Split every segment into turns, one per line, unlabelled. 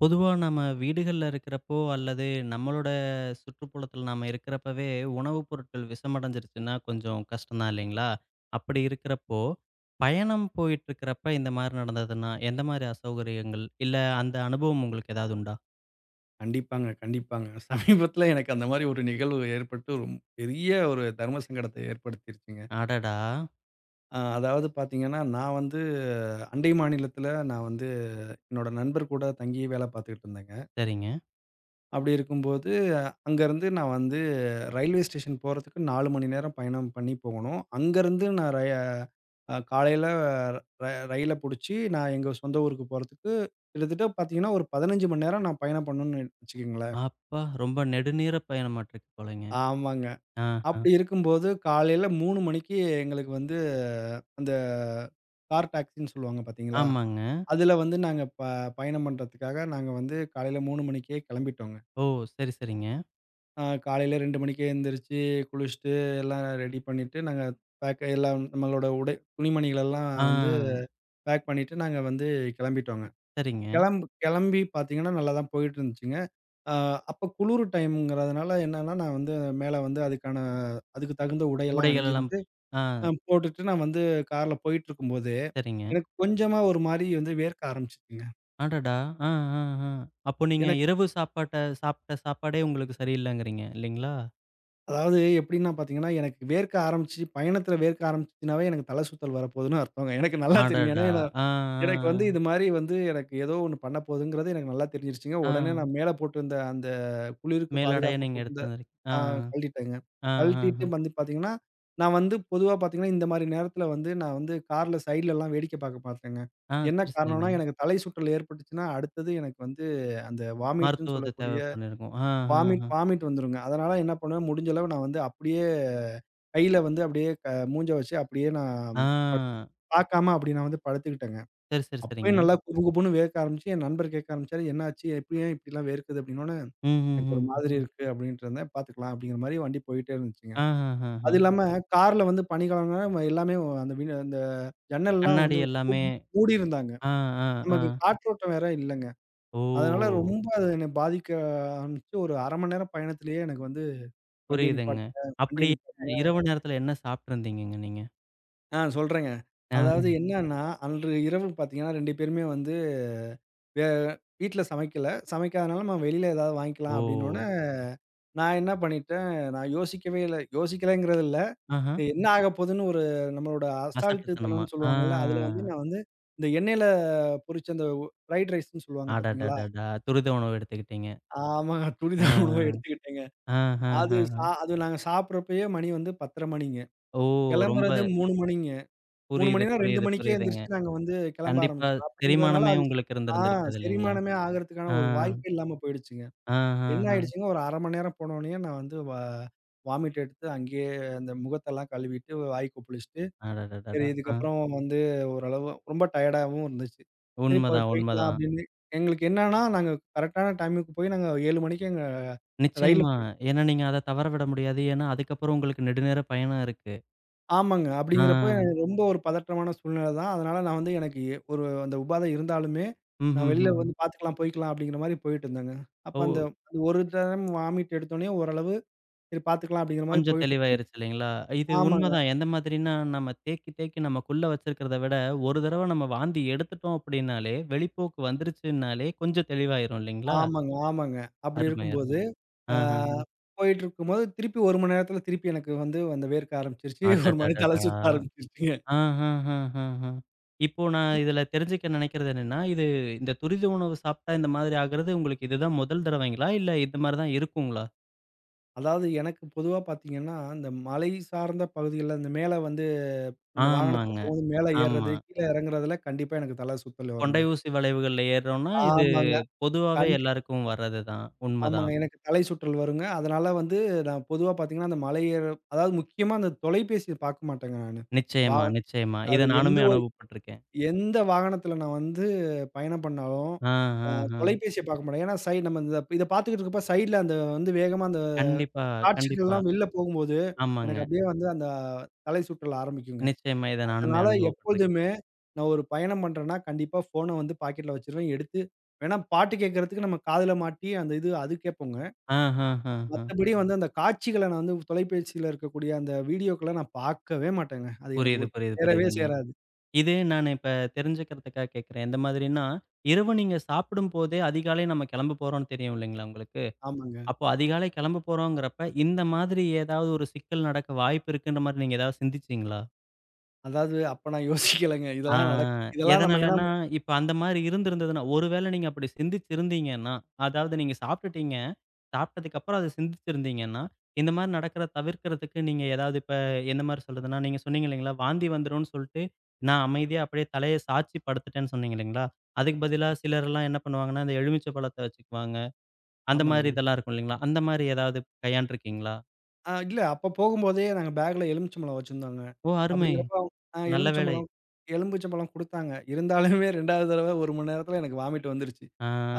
பொதுவா நம்ம வீடுகள்ல இருக்கிறப்போ, அல்லது நம்மளோட சுற்றுப்புறத்துல நாம இருக்கிறப்பவே, உணவுப் பொருட்கள் விஷமடைஞ்சிருச்சுன்னா, கொஞ்சம் கஷ்டம் தான் இல்லைங்களா? அப்படி இருக்கிறப்போ, பயணம் போயிட்டுருக்கிறப்ப இந்த மாரி நடந்ததுன்னா, எந்த மாரி அசௌகரியங்கள்? இல்ல அந்த அனுபவம் உங்களுக்கு ஏதாவது உண்டா?
கண்டிப்பாங்க, கண்டிப்பாங்க. சமீபத்தில எனக்கு அந்த மாரி ஒரு நிகழ்வு ஏற்பட்டு, ரொம் பெரிய ஒரு தர்ம சங்கடத்த ஏற்படுத்திருச்சுங்க.
அடடா!
அதாவது பார்த்தீங்கன்னா, நான் வந்து அண்டை மாநிலத்தில நான் வந்து என்னோட நண்பர் கூட தங்கி வேலை பார்த்துக்கிட்டு இருந்தேங்க.
சரிங்க.
அப்படி இருக்கும்போது, அங்கருந்து நான் வந்து ரயில்வே ஸ்டேஷன் போறதுக்கு 4 மணி நேரம் பயணம் பண்ணி போகணும். அங்கருந்து நான் ரய அ காலையில ர ரயில புடிச்சு நான் எங்க சொந்த ஊருக்கு போறதுக்கு கிட்டத்தட்ட பார்த்தீங்கன்னா, ஒரு 15 மணி நேரம் நான் பயணம் பண்ணணும்னு வச்சுக்கங்களேன்.
அப்பா! ரொம்ப நெடுநீர பயணமாட்டுருக்கு போலங்க.
ஆமாங்க.
ஆ, ஆ.
அப்படி இருக்கும்போது, காலையில 3 மணிக்கு எங்களுக்கு வந்து அந்த கார் டாக்ஸின்னு சொல்லுவாங்க பார்த்தீங்களா?
ஆமாங்க.
அதுல வந்து நாங்க பயணம் பண்றதுக்காக நாங்க வந்து காலையில 3 மணிக்கே கெளம்பிட்டோங்க.
ஓ! சரி, சரிங்க.
காலையில 2 மணிக்கே எந்திரிச்சு, குளிச்சுட்டு எல்லாம் ரெடி பண்ணிட்டு, நாங்க பேக் எல்லாம் நம்மளோட உடை துணிமணிகளெல்லாம் வந்து
ஆ,
பேக் பண்ணிட்டு நாங்க வந்து கெளம்பிட்டோங்க.
சரிங்க.
கெளம்பு கெளம்பி பார்த்தீங்கன்னா, நல்லா தான் போயிட்டு இருந்துச்சுங்க. அ அப்ப குளுரு டைம்ங்கிறதுனால என்னன்னா, நான் வந்து மேல வந்து அதுக்கான அதுக்கு தகுந்த உடையெல்லாம்
உடைகள் எல்லாம்.
அணிஞ்சிருந்து
ஆ,
போட்டுட்டு நான் வந்து கார்ல போயிட்டுருக்கும்போது,
சரிங்க.
எனக்கு கொஞ்சமா ஒரு மாரி வந்து வேர்க்க ஆரம்பிச்சுச்சுங்க.
அடடா! ஆ, ஆ, ஆ. அப்போ நீங்க
எனக்கு
இரவு சாப்பாட்ட சாப்பிட்ட சாப்பாடே உங்களுக்கு சரியில்லங்கிறீங்க இல்லைங்களா?
அதாவது எப்படின்னா பார்த்தீங்கன்னா, எனக்கு வேர்க்க ஆரம்பிச்சு பயணத்தில வேர்க்க ஆரம்பிச்சுச்சுனாவே எனக்கு தல சுத்தல் வரப்போதுன்னு அர்த்தங்க. எனக்கு நல்லா தெரியும்.
அடடா!
ஏன்னா
ஆ, ஆ,
எனக்கு வந்து
ஆ.
இது மாரி வந்து எனக்கு ஏதோ ஒண்ணு பண்ண போதுங்கிறது எனக்கு நல்லா தெரிஞ்சிருச்சுங்க.
ஆ.
உடனே நான் மேல போட்டிருந்த அந்த குளிருக்கு
மேலாடையா
பாதுகாப்பா
நீங்க
போட்டிருந்த
எடுத்து வந்திருக்கீங்க. ஆ,
ஆ கழட்டிட்டேங்க.
ஆ, ஆ,
கழட்டிட்டு
ஆ,
வந்து பார்த்தீங்கன்னா, நான் வந்து பொதுவா பார்த்தீங்கன்னா, இந்த மாரி நேரத்தில வந்து நான் வந்து கார்ல சைட்லலாம் வேடிக்கை பார்க்க பார்த்தேங்க.
ஆ.
என்ன
சரி, சரிங்க.
காரணம்னா, எனக்கு தலை சுற்றல் ஏற்பட்டுச்சுன்னா, அடுத்தது எனக்கு வந்து அந்த வாமிட்ன்னு
மருத்துவ உத தேவை
சொல்லக்கூடிய
பண்ணியிருக்கும். ஆ, ஆ,
வாமிட்
ஆ.
வாமிட் வந்துருங்க. அதனால என்ன பண்ணுவேன், முடிஞ்ச அளவு நான் வந்து அப்படியே கையில வந்து அப்படியே மூஞ்ச வச்சு அப்படியே நான்
ஆ.
பார்க்காம அப்படி நான் வந்து படுத்துக்கிட்டேங்க.
சரி, சரி, சரிங்க.
அப்பயும் நல்லா குபு குபுன்னு வேர்க்க ஆரம்பிச்சு, என் நண்பர் கேட்க ஆரம்பிச்சாரு, "என்னாச்சு? எப்படி ஏன் இப்படிலாம் வேர்க்குது?" அப்படின்னோனே,
ம், ம்,
"எனக்கு ஒரு
ம், ம்.
மாதிரி இருக்கு" அப்படின்ட்டு இருந்தேன். "பார்த்துக்கலாம்" அப்படிங்கிற மாரி வண்டி போயிட்டே இருந்துச்சுங்க.
ஆ, ஆ, ஆ, ஆ.
அது இல்லாம கார்ல வந்து பனிக்காலம்னா நம்ம எல்லாமே அந்த ஜன்னல்லாம்
கண்ணாடி
வந்து
எல்லாமே.
மூடியிருந்தாங்க.
ஆ, ஆ, ஆ.
நமக்கு காற்றோட்டம் வேற இல்லங்க.
ஓ!
அதனால ரொம்ப அது என்ன பாதிக்க ஆரம்பிச்சு, ஒரு 1/2 மணி நேரம் பயணத்திலேயே எனக்கு வந்து வண்டிய
புரியுதுங்க.
நிப்பாட்டுங்க, வண்டிய
அப்படி
நிப்பாட்டுங்க
இரவு நேரத்தில என்ன சாப்பிட்டுருந்தீங்கங்க நீங்க?
சொல்றேங்க.
ஆ.
அதாவது என்னன்னா, அன்று இரவு பார்த்தீங்கன்னா, 2 பேருமே வந்து வே வீட்ல சமைக்கல. சமைக்காதனால நம்ம வெளியில ஏதாவது
ஓ!
வாங்கிக்கலாம் அப்படின்னோனே, நான் என்ன பண்ணிட்டேன், நான் யோசிக்கவே இல்ல. யோசிக்கலங்கிறது இல்ல.
ஆஹ.
என்ன ஆகப்போதுன்னு ஒரு நம்மளோட அசால்ட்டு
அசட்டுத்தனமா.
தனம்னு
ஆ.
சொல்லுவாங்கல்ல, அதுல வந்து நான் வந்து இந்த எண்ணெயில பொரிச்ச அந்த ஃப்ரைட் ரைஸ்ன்னு சொல்லுவாங்க பாத்தீங்களா?
அடடடடா! துரித உணவு எடுத்துக்கிட்டீங்க.
ஆமாங்க.
ஆ.
துரித உணவ எடுத்துக்கிட்டேங்க. அது
ஆஹஹஹ.
சா அது நாங்க சாப்பிடுறப்பயே மணி வந்து 10:30 மணிங்க.
ஓ! ரொம்ப
கிளம்புறது 3 மணிங்க. 3
புரியுது,
மணின்னா 2
புரியுது,
மணிக்கே
புரியுதுங்க.
எந்திரிச்சு நாங்க வந்து கிளம்ப
கண்டிப்பா
ஆரம்பிச்சுட்டோம். அப்படிங்கிறதுனால
செரிமானமே
அது
உங்களுக்கு
ஆ
இருந்திருந்திருக்காது இல்லைங்களா?
செரிமானமே ஆகறதுக்கான
ஆ.
ஒரு வாய்ப்பே இல்லாம போயிடுச்சுங்க. என்ன
ஆஹஹ.
ஆயிடுச்சுங்க, ஒரு 1/2 மணி நேரம் போனோனயே நான் வந்து வாமிட் எடுத்து அங்கேயே அந்த முகத்தெல்லாம் கழுவிட்டு, வாய் கொப்பளிச்சுட்டு சரி,
அடடடடா! ஆ.
இதுக்கப்புறம் வந்து ஓரளவு ரொம்ப டயர்டாவும் இருந்துச்சு. சரி போய்
உண்மதான்,
போய்க்கலாம்
உண்மதான்.
அப்படின்னு. எங்களுக்கு என்னன்னா, நாங்க கரெக்ட்டான டைமுக்கு போய் நாங்க 7 மணிக்கு எங்க ரயில்ல
நிச்சயமா.
போய்
ஏன்னா நீங்க அத தவற விட முடியாது. ஏன்னா அதுக்கப்புறம் உங்களுக்கு நெடுநேர பயணம் இருக்கு.
ஆமாங்க.
ஆ.
அப்படிங்கிறப்ப எனக்கு ரொம்ப ஒரு பதற்றமான சூழ்நிலை தான். அதனால நான் வந்து எனக்கு ஒரு அந்த உபாதை இருந்தாலுமே, நான் வெளில
ம்ஹ்ஹ்ம்.
வந்து பார்த்துக்கலாம், போய்க்கலாம் அப்படிங்கிற மாரி போயிட்டு இருந்தேங்க. அப்ப அந்த
ஓ!
அந்த ஒரு டைம் வாமிட் எடுத்தோனே ஓரளவு சரி பார்த்துக்கலாம் அப்படிங்கிற மாரி
கொஞ்சம்
போயிட்டு இருந்து-
தெளிவாயிருச்சு இல்லைங்களா? இது
ஆமாங்க,
உண்மதான். எந்த மாதிரின்னா, நம்ம தேக்கி தேக்கி நமக்குள்ள வச்சிருக்கிறத விட, ஒரு தடவ நம்ம வாந்தி எடுத்துட்டோம் அப்படின்னாலே, வெளிப்போக்கு வந்துருச்சுன்னாலே கொஞ்சம் தெளிவாயிரும் இல்லைங்களா?
ஆமாங்க, ஆமாங்க. அப்படி
அருமை, அருமை.
இருக்கும்போது ஆ
ஆஹஹ.
போயிட்டுருக்கும்போது, திருப்பி 1 மணி நேரத்தில திருப்பி எனக்கு வந்து அந்த வேர்க்க ஆரம்பிச்சுருச்சு. ஒரு மாரி தல
அடடடடா!
சுத்த ஆரம்பிச்சுருச்சுங்க.
ஆஹஹஹஹ. இப்போ நான் இதில தெரிஞ்சுக்க நினைக்கிறது என்னன்னா, இது இந்த துரித உணவு சாப்ட்டா இந்த மாதிரி ஆகுறது உங்களுக்கு இதுதான் முதல் தடவைங்களா? இல்ல இந்த மாரி தான் இருக்குங்களா?
அதாவது எனக்கு பொதுவா பார்த்தீங்கன்னா, இந்த மலை சார்ந்த பகுதிகள்ல இந்த மேல வந்து நம்ம வாகனத்தில
ஆமாங்க.
போகும்போது மேல
ஆமா.
ஏறுறது, கீழ இறங்குறதுல கண்டிப்பா எனக்கு தல சுத்தல்
கொண்டை
வருங்க.
ஊசி வளைவுகள்ல ஏறுறோம்னா, இது
ஆமாங்க.
பொதுவாவே
கண்டிப்
எல்லாருக்கும் வர்றது தான்.
ஆமாங்க.
உண்மதான்.
எனக்கு தலை சுற்றல் வருங்க. அதனால வந்து நான் பொதுவா பார்த்தீங்கன்னா, அந்த மலை ஏற அதாவது முக்கியமா அந்த தொலைபேசிய பார்க்க மாட்டேங்க நானு. வா
நிச்சயமா, நிச்சயமா. இத
அது எந்த
நானுமே அனுபவப்பட்டுருக்கேன்.
எந்த வாகனத்துல நான் வந்து பயணம் பண்ணாலும்,
ஆ,
அ
ஆ, ஆ.
தொலைபேசிய பார்க்க மாட்டேன். ஏன்னா, நம்ம இந்த இத பார்த்துக்கிட்டு இருக்கப்ப சைட்ல அந்த வந்து வேகமா அந்த
கண்டிப்பா, கண்டிப்பா.
காட்சிகள்லாம் வெளில போகும்போது, எனக்கு
ஆமாங்க.
அப்படியே வந்து அந்த தலை சுற்றல் ஆரம்பிக்குங்க.
நிச்சயமா இத நானுமே
அதனால
அனுபவப்பட்டுருக்கேன்.
எப்பொழுதுமே நான் ஒரு பயணம் பண்றேன்னா, கண்டிப்பா ஃபோன வந்து பாக்கெட்ல வச்சுருவேன். எடுத்து வேணா பாட்டு கேட்கறதுக்கு நம்ம காதுல மாட்டி அந்த இது அது கேட்போங்க.
ஆ, ஆ, ஆ, ஆ.
மத்தபடி வந்து அந்த காட்சிகள நான் வந்து தொலைபேசியில இருக்கக்கூடிய அந்த வீடியோக்கெல்லாம் நான் பார்க்கவே மாட்டேங்க. அது எனக்கு
புரியுது, புரியுது,
சேரவே
புரியுதுங்க.
சேராது.
இது நான் இப்ப தெரிஞ்சுக்கிறதுக்காக கேட்கிறேன். எந்த மாதிரின்னா, இரவு நீங்க சாப்பிடும்போதே அதிகாலை நம்ம கிளம்ப போறோம்ன்னு தெரியும் இல்லைங்களா உங்களுக்கு?
ஆமாங்க.
அப்போ அதிகாலை கிளம்ப போறோங்கிறப்ப, இந்த மாதிரி ஏதாவது ஒரு சிக்கல் நடக்க வாய்ப்பு இருக்குன்ற மாரி நீங்க ஏதாவது சிந்திச்சீங்களா?
அதாவது அப்ப நான் யோசிக்கலங்க.
ஆ
இதெல்லாம் நம்ம ஏன்னா
எதனாலன்னா, இப்ப அந்த மாரி இருந்திருந்ததுன்னா, ஒரு வேளை நீங்க அப்படி சிந்திச்சிருந்தீங்கன்னா, அதாவது நீங்க சாப்பிட்டுட்டீங்க சாப்பிட்டதுக்கப்புறம் அத சிந்திச்சிருந்தீங்கன்னா, இந்த மாரி நடக்கிறத தவிர்க்கிறதுக்கு நீங்க ஏதாவது இப்ப எந்த மாரி சொல்றதுன்னா, நீங்க சொன்னீங்க இல்லைங்களா? வாந்தி வந்துரும்ன்னு சொல்ட்டு, நான் அமைதியா அப்படியே தலைய சாய்ச்சி படுத்துட்டேன்னு சொன்னீங்க இல்லைங்களா? அதுக்கு பதிலா சிலர்லாம் என்ன பண்ணுவாங்கன்னா, அந்த எலுமிச்சை பழத்த வச்சுக்குவாங்க. அந்த மாரி
ஆமாங்க.
இதெல்லாம் இருக்கும் இல்லைங்களா? அந்த மாரி ஏதாவது கையாண்டுருக்கீங்களா?
இல்ல அப்ப போகும்போதே நாங்க பேக்ல எலுமிச்சம்பழம் வச்சிருந்தோங்க.
ஓ! அருமை.
அப்படிங்கிறப்போ
நல்ல வேலை.
எலுமிச்சம்பழம் எலும்புச்சம்பழம் குடுத்தாங்க. இருந்தாலுமே 2வது தடவ 1 மணி நேரத்துல எனக்கு வாமிட் வந்துருச்சு.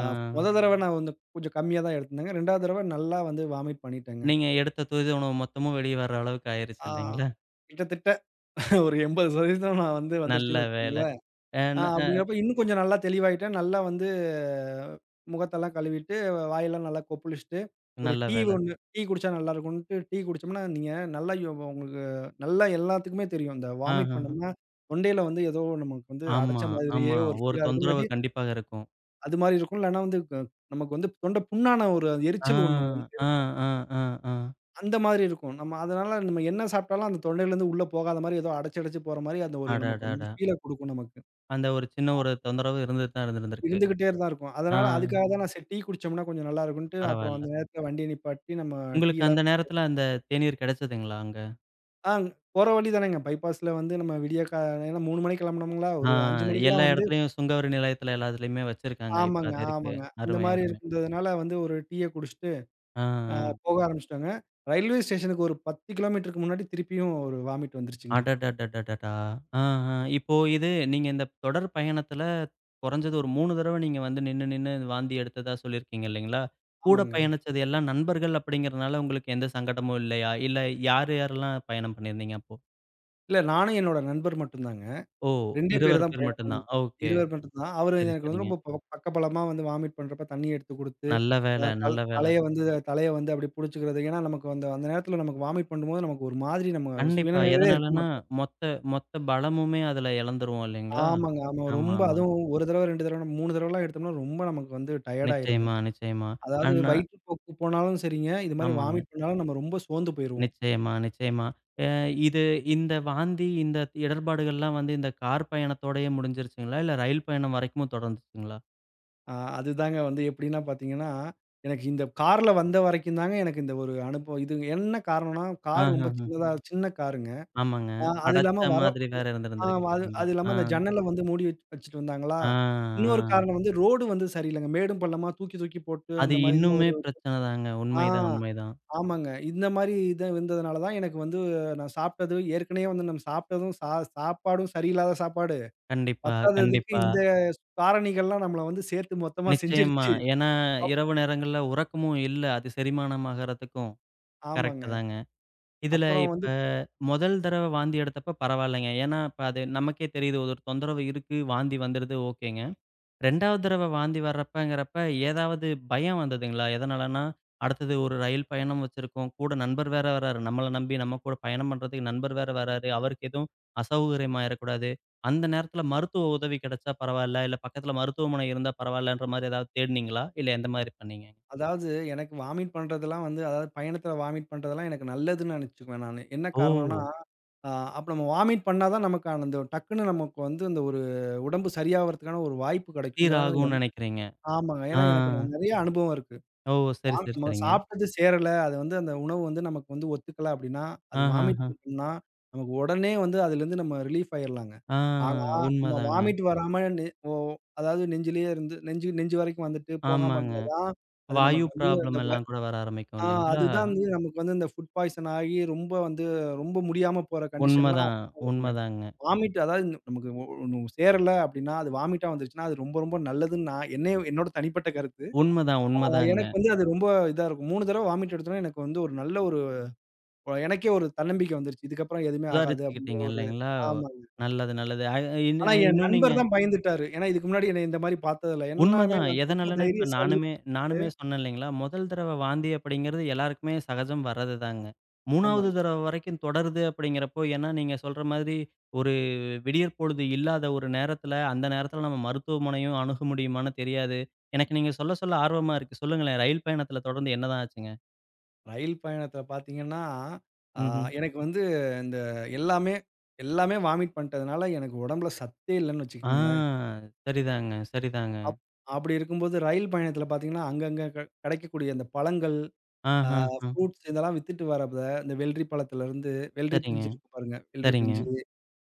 ஆ மொத தடவ நான் வந்து கொஞ்சம் கம்மியா தான் எடுத்திருந்தேங்க. 2வது தடவ நல்லா வந்து வாமிட் பண்ணிட்டேங்க.
நீங்க எடுத்த துரித உணவு மொத்தமும் வெளிய வர அளவுக்கு ஆயிருச்சு
ஆ
இல்லைங்களா?
கிட்டத்தட்ட ஒரு 80% நான் வந்து வந்துருச்சுன்னு
நல்ல வேலை.
வச்சுக்கோங்களேன்.
அ ந அ
அப்படிங்கிறப்ப இன்னும் கொஞ்சம் நல்லா தெளிவாயிட்டேன். நல்லா வந்து முகத்தெல்லாம் கழுவிட்டு, வாயெல்லாம் நல்லா கொப்புளிச்சுட்டு, ஒரு
நல்ல
டீ
வேலை.
ஒண்ணு டீ குடிச்சா நல்லாருக்கும்ன்ட்டு டீ குடிச்சோம்னா, நீங்க நல்லா யோ உங்களுக்கு நல்லா எல்லாத்துக்குமே தெரியும். இந்த வாமிட்
ஆஹஹ.
பண்ணோம்னா, தொண்டையில வந்து ஏதோ நமக்கு வந்து
ஆமா,
அடைச்ச மாதிரியே
ஆமா.
ஒரு
ஒரு
ஃபீலா இருக்கும்.
தொந்தரவு
இல்லாட்டி
கண்டிப்பாக இருக்கும்.
அது மாரி இருக்கும். இல்லன்னா வந்து நமக்கு வந்து தொண்டை புண்ணான ஒரு
ஆ,
எரிச்சல் ஒண்ணு
ஆ, ஆ, ஆ, ஆ.
அந்த மாதிரி இருக்கும். நம்ம அதனால நம்ம என்ன சாப்பிட்டாலும் அந்த தொண்டையிலேருந்து உள்ள போகாத மாரி ஏதோ அடைச்சு அடைச்சு போற மாரி அந்த ஒரு நமக்கு
அடடடா!
வந்து ஃபீல குடுக்கும் நமக்கு.
அந்த ஒரு சின்ன ஒரு தொந்தரவு இருந்துட்டு தான் இருந்திருந்திருக்கு.
இருந்துகிட்டே தான் இருக்கும்.
ஆ,
அதனால அதுக்காக தான் நான் சரி டீ குடிச்சோம்னா கொஞ்சம் நல்லா இருக்கும்ன்ட்டு, அப்புறம்
பரவால்ல.
அந்த நேரத்துல வண்டிய நிப்பாட்டி நம்ம
உங்களுக்கு அந்த
டீலாம்
நேரத்துல அந்த தேநீர் கிடைச்சதுங்களா அங்க?
ஆ போற வழி தானேங்க. பைபாஸ்ல வந்து நம்ம விடிய கா ஏன்னா 3 மணிக்கு கிளம்புனோம்ங்களா,
ஆ,
ஒரு 5
எல்லா
மணிக்கெல்லாம் வந்து
இடத்துலயும் சுங்கவரி நிலையத்துல எல்லாத்துலயுமே வச்சிருக்காங்க. இப்ப
ஆமாங்க,
அது இருக்கு.
ஆமாங்க. அந்த
அருமை,
மாரி
அருமை.
இருந்ததுனால வந்து ஒரு டீய குடிச்சுட்டு
ஆ,
அ
ஆ.
போக ஆரம்பிச்சுட்டோங்க. ரயில்வே ஸ்டேஷனுக்கு ஒரு 10 கிலோமீட்டருக்கு முன்னாடி திருப்பியும் ஒரு வாமிட் வந்துருச்சுங்க.
அடடடடடடா! ஆ, ஆ. இப்போ இது நீங்க இந்த தொடர் பயணத்துல குறைஞ்சது ஒரு 3 தடவ நீங்க வந்து நின்னு, நின்னு வாந்தி எடுத்ததா சொல்லியிருக்கீங்க இல்லைங்களா? கூட
ஆமாங்க.
பயணிச்சது எல்லாம் நண்பர்கள் அப்படிங்கிறனால உங்களுக்கு எந்த சங்கடமும் இல்லையா? இல்ல யார் யாரெல்லாம் பயணம் பண்ணியிருந்தீங்க அப்போ?
இல்ல நானும் என்னோட நண்பர் மட்டும் தாங்க.
ஓ!
2டே பேர்
20
தான்
பேர்
பயணம்
மட்டும் தான்.
பண்ணது.
ஓகே.
இருவர் மட்டும் தான். அவரு
சரி,
எனக்கு வந்து
சரிங்க.
ரொம்ப பக்கபலமா வந்து வாமிட் பண்றப்ப தண்ணி எடுத்து குடுத்து
நல்ல வேல,
அ தல்
நல்ல வேல.
தலைய வந்து தலைய வந்து அப்படி புடிச்சுக்கிறது. ஏன்னா, நமக்கு அந்த அந்த நேரத்துல நமக்கு வாமிட் பண்ணும்போது நமக்கு ஒரு மாதிரி நம்ம
கண்டிப்பா.
சுயநினைவிலே இருக்க
எதனாலன்னா,
மாட்டோம்.
மொத்த மொத்த பலமுமே அதுல இழந்துருவோம் இல்லைங்களா?
ஆமாங்க. ஆமா.
ஆமா,
ரொம்ப
ஆமா.
அதுவும் 1 தடவ, 2 தடவ, 3 தடவலாம் எடுத்தோம்னா ரொம்ப நமக்கு வந்து டயர்ட் ஆயிருங்க.
நிச்சயமா, நிச்சயமா.
அதாவது
ஆனா
வயிற்றுப்போக்கு போனாலும் சரிங்க, இது மாரி
ஆமாங்க.
வாமிட் பண்ணாலும் நம்ம ரொம்ப சோர்ந்து போயிருவோம்.
நிச்சயமா, நிச்சயமா. இது இந்த வாந்தி, இந்த இடர்பாடுகள்லாம் வந்து இந்த கார் பயணத்தோடயே முடிஞ்சிருச்சுங்களா? இல்ல ரயில் பயணம் வரைக்குமும் தொடர்ந்துச்சுங்களா?
அதுதாங்க வந்து எப்படின்னா பாத்தீங்கன்னா, எனக்கு இந்த கார்ல வந்த வரைக்கும் தாங்க எனக்கு இந்த ஒரு அனுபவம். இது என்ன காரணம்னா, கார் ரொம்ப
ஆஹஹ.
சின்னதா சின்ன காருங்க.
ஆமாங்க.
அது இல்லாம
அடைச்ச மாதிரி வேற இருந்திருந்திருக்கு
ஆமா. அது
இல்லைங்களா?
அது
ஆ,
இல்லாம அந்த ஜன்னல வந்து மூடி வச்சுட்டு வந்தாங்களா?
ஆ,
ம். இன்னொரு
ஆ.
காரணம் வந்து ரோடு வந்து சரியில்லங்க. மேடும் பள்ளமா தூக்கி தூக்கி போட்டு
அது
அந்த மாரிலாம்
இன்னுமே
ஒரு
பிரச்சனை தாங்க.
ஆ
உண்மைதான், உண்மைதான்.
ஆமாங்க. இந்த மாரி இது இருந்ததுனால தான் எனக்கு வந்து நான் சாப்பிட்டது ஏற்கனவே வந்து நம்ம சாப்பிட்டதும் சாப்பாடும் சரியில்லாத சாப்பாடு.
கண்டிப்பா,
பத்தாததுக்கு
கண்டிப்பா.
இந்த காரணிகள்லாம் நம்மள வந்து சேர்த்து மொத்தமா
நிச்சயமா.
செஞ்சிருச்சு.
ஏன்னா,
அப்
இரவு நேரங்கள்ல உறக்கமும் இல்ல. அது செரிமானம் ஆகறதுக்கும். கரெக்ட்டு
ஆமாங்க.
தாங்க. இதுல
அப்புறம் வந்து
இப்ப முதல் தடவ வாந்தி எடுத்தப்ப பரவாயில்லங்க. ஏன்னா, இப்ப அது நமக்கே தெரியுது ஒரு தொந்தரவு இருக்கு. வாந்தி வந்துடுது. ஓகேங்க. 2வது தடவ வாந்தி வர்றப்பங்கிறப்ப, ஏதாவது பயம் வந்ததுங்களா? எதனாலன்னா, அடுத்தது ஒரு ரயில் பயணம் வச்சிருக்கோம். கூட நண்பர் வேற வராரு. நம்மள நம்பி நம்ம கூட பயணம் பண்றதுக்கு நண்பர் வேற வராரு. அவருக்கு எதுவும் அசௌகரியம் ஆயிறக்கூடாது. அந்த நேரத்தில மருத்துவ உதவி கிடைச்சா பரவால்ல, இல்ல பக்கத்தில மருத்துவமனை இருந்தா பரவால்லன்ற மாரி ஏதாவது தேடுனீங்களா? இல்ல எந்த மாரி பண்ணீங்க?
அதாவது எனக்கு வாமிட் பண்றதெல்லாம் வந்து அதாவது பயணத்தில வாமிட் பண்றதெல்லாம் எனக்கு நல்லதுன்னு நினச்சுக்குவேன் நானு. என்ன காரணம்னா
ஓ!
ஆ அப்ப நம்ம வாமிட் பண்ணா தான் நமக்கு அந்த டக்குன்னு நமக்கு வந்து அந்த ஒரு உடம்பு சரியாவறதுக்கான ஒரு வாய்ப்பு கிடைக்குங்கிறது
சீராகும்னு நெனைக்கிறீங்க.
ஆமாங்க.
ஆ.
ஏன்னா, எனக்கு நான் நெறைய அனுபவம் இருக்கு.
ஓ! சரி, சரி,
நம்ம
சரிங்க.
சாப்பிட்டது சேரல, அது வந்து அந்த உணவு வந்து நமக்கு வந்து ஒத்துக்கல அப்டின்னா, அது வாமிட்
ஆஹஹ.
பண்ணிட்டோம்னா, நமக்கு உடனே வந்து அதுலேருந்து நம்ம ரிலீஃப் ஆயிரலாங்க.
ஆ
ஆனா, நம்ம
உண்மதாங்க.
வாமிட் வராம நெ ஓ அதாவது நெஞ்சிலேயே இருந்து நெஞ்சு நெஞ்சு வரைக்கும் வந்துட்டு போகாம
ஆமாங்க.
இருந்தா தான், அது
வாயு
நமக்கு வந்து அந்த
ப்ராப்ளம்
வ
எல்லாம் கூட வர ஆரம்பிக்கும்
ஆ
இல்லைங்களா?
அதுதான் வந்து நமக்கு வந்து இந்த ஃபுட் பாய்சன் ஆகி ரொம்ப வந்து ரொம்ப முடியாம போற கண்டிஷன்லாம்
உண்மதான், உண்மதாங்க.
வாமிட் அதாவது நமக்கு ஒண்ணு சேரல அப்டின்னா, அது வாமிட்டா வந்துருச்சுன்னா, அது ரொம்ப ரொம்ப நல்லதுன்னு நான் என்னைய என்னோட தனிப்பட்ட கருத்து.
உண்மதான்,
ஆ
உண்மதாங்க.
எனக்கு வந்து அது ரொம்ப இதா இருக்கும். 3 தடவ வாமிட் எடுத்தோனே எனக்கு வந்து ஒரு நல்ல ஒரு எனக்கே ஒரு தன்னம்பிக்கை வந்துருச்சு. இதுக்கப்புறம் எதுவுமே ஆகாது அப்டிங்கிற
சுதாரிச்சுக்கிட்டீங்க
ஒரு
இல்லைங்களா?
ஆமாங்க.
நல்லது, நல்லது. அ இன்
ஆனா என்
இன்னும் நீங்க
நண்பர் தான் பயந்துட்டாரு. ஏன்னா இதுக்கு முன்னாடி என்னைய இந்த மாரி பார்த்ததில்ல. எல்லாமே
உண்மதான்.
நான் ரொம்ப
எதனாலன்னா, இப்ப
தைரியசாலி.
நானுமே நானுமே சொன்னேன் இல்லைங்களா? முதல் தடவ வாந்தி அப்படிங்கிறது எல்லாருக்குமே சகஜம் வர்றதுதாங்க. 3வது
ஆமாங்க.
தடவ வரைக்கும் தொடருது அப்படிங்கிறப்போ, ஏன்னா நீங்க சொல்ற மாதிரி ஒரு விடியற் பொழுது இல்லாத ஒரு நேரத்தில, அந்த நேரத்தில நம்ம மருத்துவமனையும் அணுக முடியுமான்னு தெரியாது. எனக்கு நீங்க சொல்ல சொல்ல ஆர்வமா இருக்கு. சொல்லுங்களேன், ரயில் பயணத்தில தொடர்ந்து என்னதான் ஆச்சுங்க?
ரயில் பயணத்தில பார்த்தீங்கன்னா, ஆ
ம்ஹ்ம்.
எனக்கு வந்து இந்த எல்லாமே எல்லாமே வாமிட் பண்ட்டதுனால எனக்கு உடம்புல சத்தே இல்லன்னு
ஆ
வச்சுக்கங்களேன்.
சரிதாங்க, சரிதாங்க.
அப் அப்படி இருக்கும்போது ரயில் பயணத்தில பார்த்தீங்கன்னா, அங்கங்க கெடைக்கக்கூடிய அந்த பழங்கள், ஆ
ஆஹஹ.
ஃப்ரூட்ஸ் இதெல்லாம் வித்துட்டு வரப்ப, இந்த வெள்ளரி பழத்திலருந்து வெள்ளரி
சரிங்க,
பிஞ்சு இருக்கு பாருங்க. வெள்ளரி
சரிங்க.
பிஞ்சு,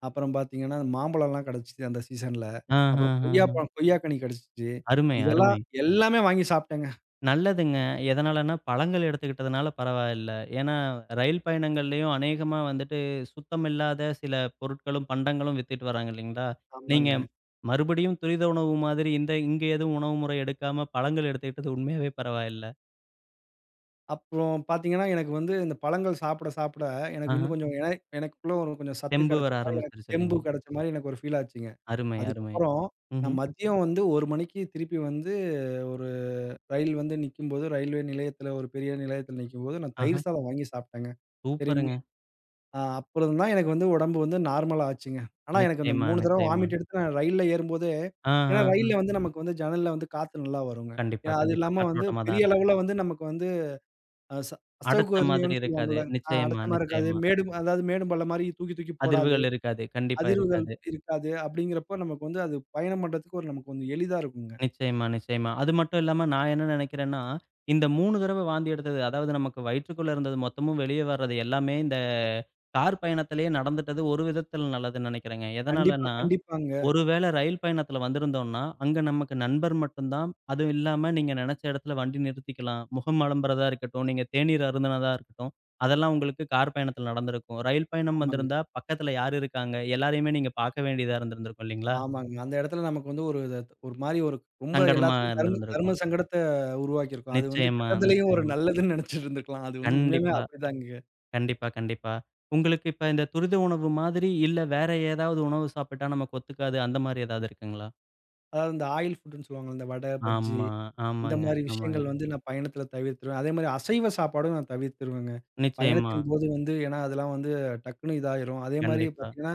அப்புறம் பார்த்தீங்கன்னா, மாம்பழம்லாம் கெடைச்சுது அந்த சீசன்ல. அப்புறம்
ஆஹஹஹ.
கொய்யாப்பழம் கொய்யாக்கனி கெடைச்சுச்சு.
அருமை,
இதெல்லாம்
அருமை.
எல்லாமே வாங்கி சாப்பிட்டேங்க.
நல்லதுங்க. எதனாலன்னா, பழங்கள் எடுத்துக்கிட்டதுனால பரவாயில்ல. ஏன்னா, ரயில் பயணங்கள்லயும் அநேகமா வந்துட்டு சுத்தமில்லாத சில பொருட்களும், பண்டங்களும் வித்துட்டு வராங்க இல்லைங்களா? நீங்க
ஆமாங்க.
மறுபடியும் துரித உணவு மாதிரி இந்த இங்க எதுவும் உணவு முறை எடுக்காம பழங்கள் எடுத்துக்கிட்டது உண்மையாவே பரவாயில்ல.
அப்புறம் பார்த்தீங்கன்னா, எனக்கு வந்து இந்த பழங்கள் சாப்பிட சாப்பிட எனக்கு
ஆஹ.
இன்னும் கொஞ்சம் எனக்குள்ள ஒரு கொஞ்சம் சத்து
தெம்பு வர
கெடைச்ச மாரி, எனக்கு
ஆரம்பிச்சுருச்சு
தெம்பு
இல்லைங்களா?
கெடைச்ச மாரி எனக்கு ஒரு ஃபீல் ஆச்சுங்க.
அருமை, அருமை.
அதுக்கப்புறம் நான்
ம்ஹ்ம்.
மதியம் வந்து 1 மணிக்கு திருப்பி வந்து ஒரு ரயில் வந்து நிக்கும்போது, ரயில்வே நிலையத்தில ஒரு பெரிய நிலையத்தில நிக்கும்போது, நான்
ஆஹ.
தயிர் சாதம் வாங்கி சாப்பிட்டேங்க. திரும்பி
சூப்பருங்க.
அப்புறம் தான் எனக்கு வந்து உடம்பு வந்து நார்மல் ஆச்சுங்க. ஆனா எனக்கு அந்த
நிச்சயமா,
3 தடவ
நிச்சயமா.
வாமிட் எடுத்து நான் ரயில்ல ஏறும்போதே ஏன்னா
ஆஹஹ.
ரயில்ல வந்து நமக்கு வந்து ஜன்னல்ல வந்து காத்து நல்லா வருங்க.
கண்டிப்பா,
ஏன்னா அது
கண்டிப்பா.
இல்லாம வந்து
காற்றோட்டமா தான்
பெரிய
இருக்கும்.
அளவுல வந்து நமக்கு வந்து அ ச
அடச்ச மாதிரி
அசௌகரியம்ன்னு
இருக்காது.
சொல்லுவாங்கல்ல.
நிச்சயமா,
அடைச்ச மாரி இருக்காது.
நிச்சயமா.
மேடும் அதாவது மேடும் பள்ளம் மாரி தூக்கி தூக்கி போடாது.
அதிர்வுகள் இருக்காது. கண்டிப்பா
அதிர்வுகள்
இருக்காது.
இருக்காது. அப்படிங்கிறப்போ நமக்கு வந்து அது பயணம் பண்றதுக்கு ஒரு நமக்கு கொஞ்சம் எளிதா இருக்குங்க.
நிச்சயமா, நிச்சயமா. அது மட்டும் இல்லாம நான் என்ன நெனைக்கிறேன்னா, இந்த 3 தடவ வாந்தி எடுத்தது, அதாவது நமக்கு வயிற்றுக்குள்ள இருந்தது மொத்தமும் வெளிய வர்றது எல்லாமே இந்த கார் பயணத்திலேயே நடந்துட்டது ஒரு விதத்தில நல்லதுன்னு நெனைக்கிறேங்க.
கண்டிப்பா,
எதனாலன்னா
கண்டிப்பாங்க.
ஒரு வேள ரயில் பயணத்துல வந்திருந்தோம்னா, அங்க நமக்கு நண்பர் மட்டும் தான். அதுவும் இல்லாம நீங்க நெனச்ச இடத்துல வண்டி நிறுத்திக்கலாம். முகம் அலம்புறதா இருக்கட்டும், நீங்க தேநீர் அருந்துனதா இருக்கட்டும், அதெல்லாம் உங்களுக்கு கார் பயணத்துல நடந்திருக்கும். ரயில் பயணம்
ஆமாங்க.
வந்திருந்தா பக்கத்துல யார் இருக்காங்க? எல்லாரையுமே நீங்க பார்க்க வேண்டியதா இருந்திருந்திருக்கும் இல்லைங்களா?
ஆமாங்க. அந்த இடத்துல நமக்கு வந்து ஒரு இது ஒரு மாரி ஒரு ரொம்ப
சங்கடமா
எல்லாத்துக்கும் தர்ம
இருந்திருந்திருக்கும்.
தர்ம சங்கடத்த உருவாக்கியிருக்கும். அது வந்து
நிச்சயமா,
கெட்டதிலயும் ஒரு
நிச்சயமா.
நல்லதுன்னு நெனைச்சிட்டு இருந்திருக்கலாம். அது வந்து உண்மையாலுமே
கண்டிப்பா,
அப்படிதாங்க.
கண்டிப்பா, கண்டிப்பா. உங்களுக்கு இப்ப இந்த துரித உணவு மாதிரி, இல்ல வேற ஏதாவது உணவு சாப்பிட்டா நமக்கு ஒத்துக்காது. அந்த மாரி ஏதாவது இருக்குங்களா?
அதாவது இந்த ஆயில் ஃபுட்ன்னு சொல்லுவாங்கல்ல, இந்த வடை, பஜ்ஜி
ஆமா,
அந்த
ஆமாங்க,
மாரி
ஆமாங்க.
விஷயங்கள் வந்து நான் பயணத்தில தவிர்த்துருவேன். அதே மாரி அசைவ சாப்பாடும் நான் தவிர்த்துருவேங்க.
நிச்சயமா,
பயணத்தின் போது வந்து ஏன்னா அதெல்லாம் வந்து டக்குன்னு இதாயிரும். அதே மாரி
கண்டிப்பா.
பார்த்தீங்கன்னா,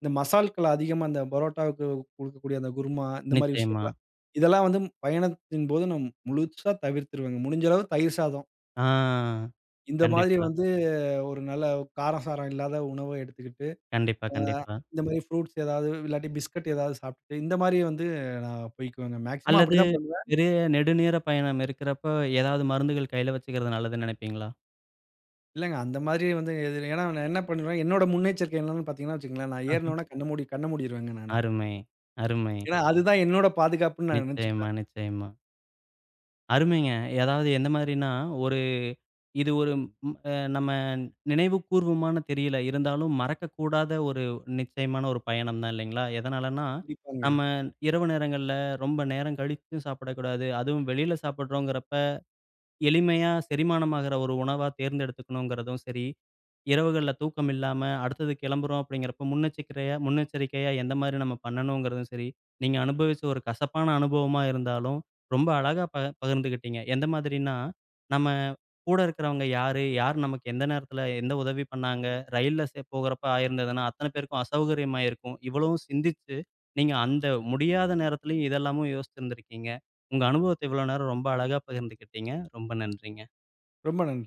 இந்த மசால்கள் அதிகமா அந்த பரோட்டாவுக்கு குடுக்கக்கூடிய அந்த குருமா இந்த மாரி
நிச்சயமா.
விஷயங்கள்லாம் இதெல்லாம் வந்து பயணத்தின் போது நான் முழுசா தவிர்த்துருவேங்க. முடிஞ்ச அளவு தயிர் சாதம்.
ஆ.
இந்த மாதிரி
கண்டிப்பா,
வந்து ஒரு நல்ல காரம் சாரம் இல்லாத உணவ எடுத்துக்கிட்டு,
கண்டிப்பா,
அ
கண்டிப்பா.
இந்த மாரி ஃப்ரூட்ஸ் ஏதாவது, இல்லாட்டி பிஸ்கட் ஏதாவது சாப்பிட்டு, இந்த மாரி வந்து நான் போய்க்குவேங்க. மேக்ஸிமம்
அல்லது
அப்படிதான் பண்ணுவேன்.
பெரிய நெடுநீர பயணம் இருக்கிறப்ப, ஏதாவது மருந்துகள் கையில வச்சுக்கிறது நல்லதுன்னு நினைப்பீங்களா?
இல்லங்க அந்த மாதிரி வந்து எது ஏன்னா நான் என்ன பண்ணுவேன், என்னோட முன்னெச்சரிக்கை என்னன்னு பார்த்தீங்கன்னா வச்சுக்கங்களேன், நான்
ஆஹ.
ஏறுனோனே கண்ண மூடி கண்ண மூடிருவேங்க நானு.
அருமை, அருமை.
ஏன்னா அதுதான் என்னோட பாதுகாப்புன்னு நான்
நிச்சயமா,
நெனச்சுப்பேன்.
நிச்சயமா. அருமைங்க. அதாவது எந்த மாரின்னா, ஒரு இது ஒரு ம் அ நம்ம நினைவுக்கூர்வமான தெரியல. இருந்தாலும் மறக்கக்கூடாத ஒரு நிச்சயமான ஒரு பயணம் தான் இல்லைங்களா? எதனாலன்னா,
கண்டிப்பாங்க.
நம்ம இரவு நேரங்கள்ல ரொம்ப நேரம் கழிச்சும் சாப்பிடக்கூடாது. அதுவும் வெளியில சாப்பிடுறோங்கிற எளிமையா செரிமானமாகிற ஒரு உணவா தேர்ந்தெடுத்துக்கணுங்கிறதும் சரி, இரவுகள்ல தூக்கம் இல்லாம, அடுத்தது கிளம்புறோம் அப்படிங்கிறப்ப முன்னெச்சரிக்கையா முன்னெச்சரிக்கையா எந்த மாரி நம்ம பண்ணணுங்கிறதும் சரி, நீங்க அனுபவிச்ச ஒரு கசப்பான அனுபவமா இருந்தாலும், ரொம்ப அழகா பகிர்ந்துக்கிட்டீங்க. எந்த மாதிரின்னா, நம்ம கூட இருக்கிறவங்க யாரு? யார் நமக்கு எந்த நேரத்தில எந்த உதவி பண்ணாங்க? ரயில்ல சே போகிறப்ப ஆயிருந்ததுன்னா, அத்தன பேருக்கும் அசௌகரியமாயிருக்கும். இவ்வளவும் சிந்திச்சு, நீங்க அந்த முடியாத நேரத்திலயும் இதெல்லாமும் யோசிச்சிருந்திருக்கீங்க. உங்க அனுபவத்த இவ்வளோ நேரம் ரொம்ப அழகா பகிர்ந்துக்கிட்டீங்க. ரொம்ப நன்றிங்க.
ரொம்ப நன்றி.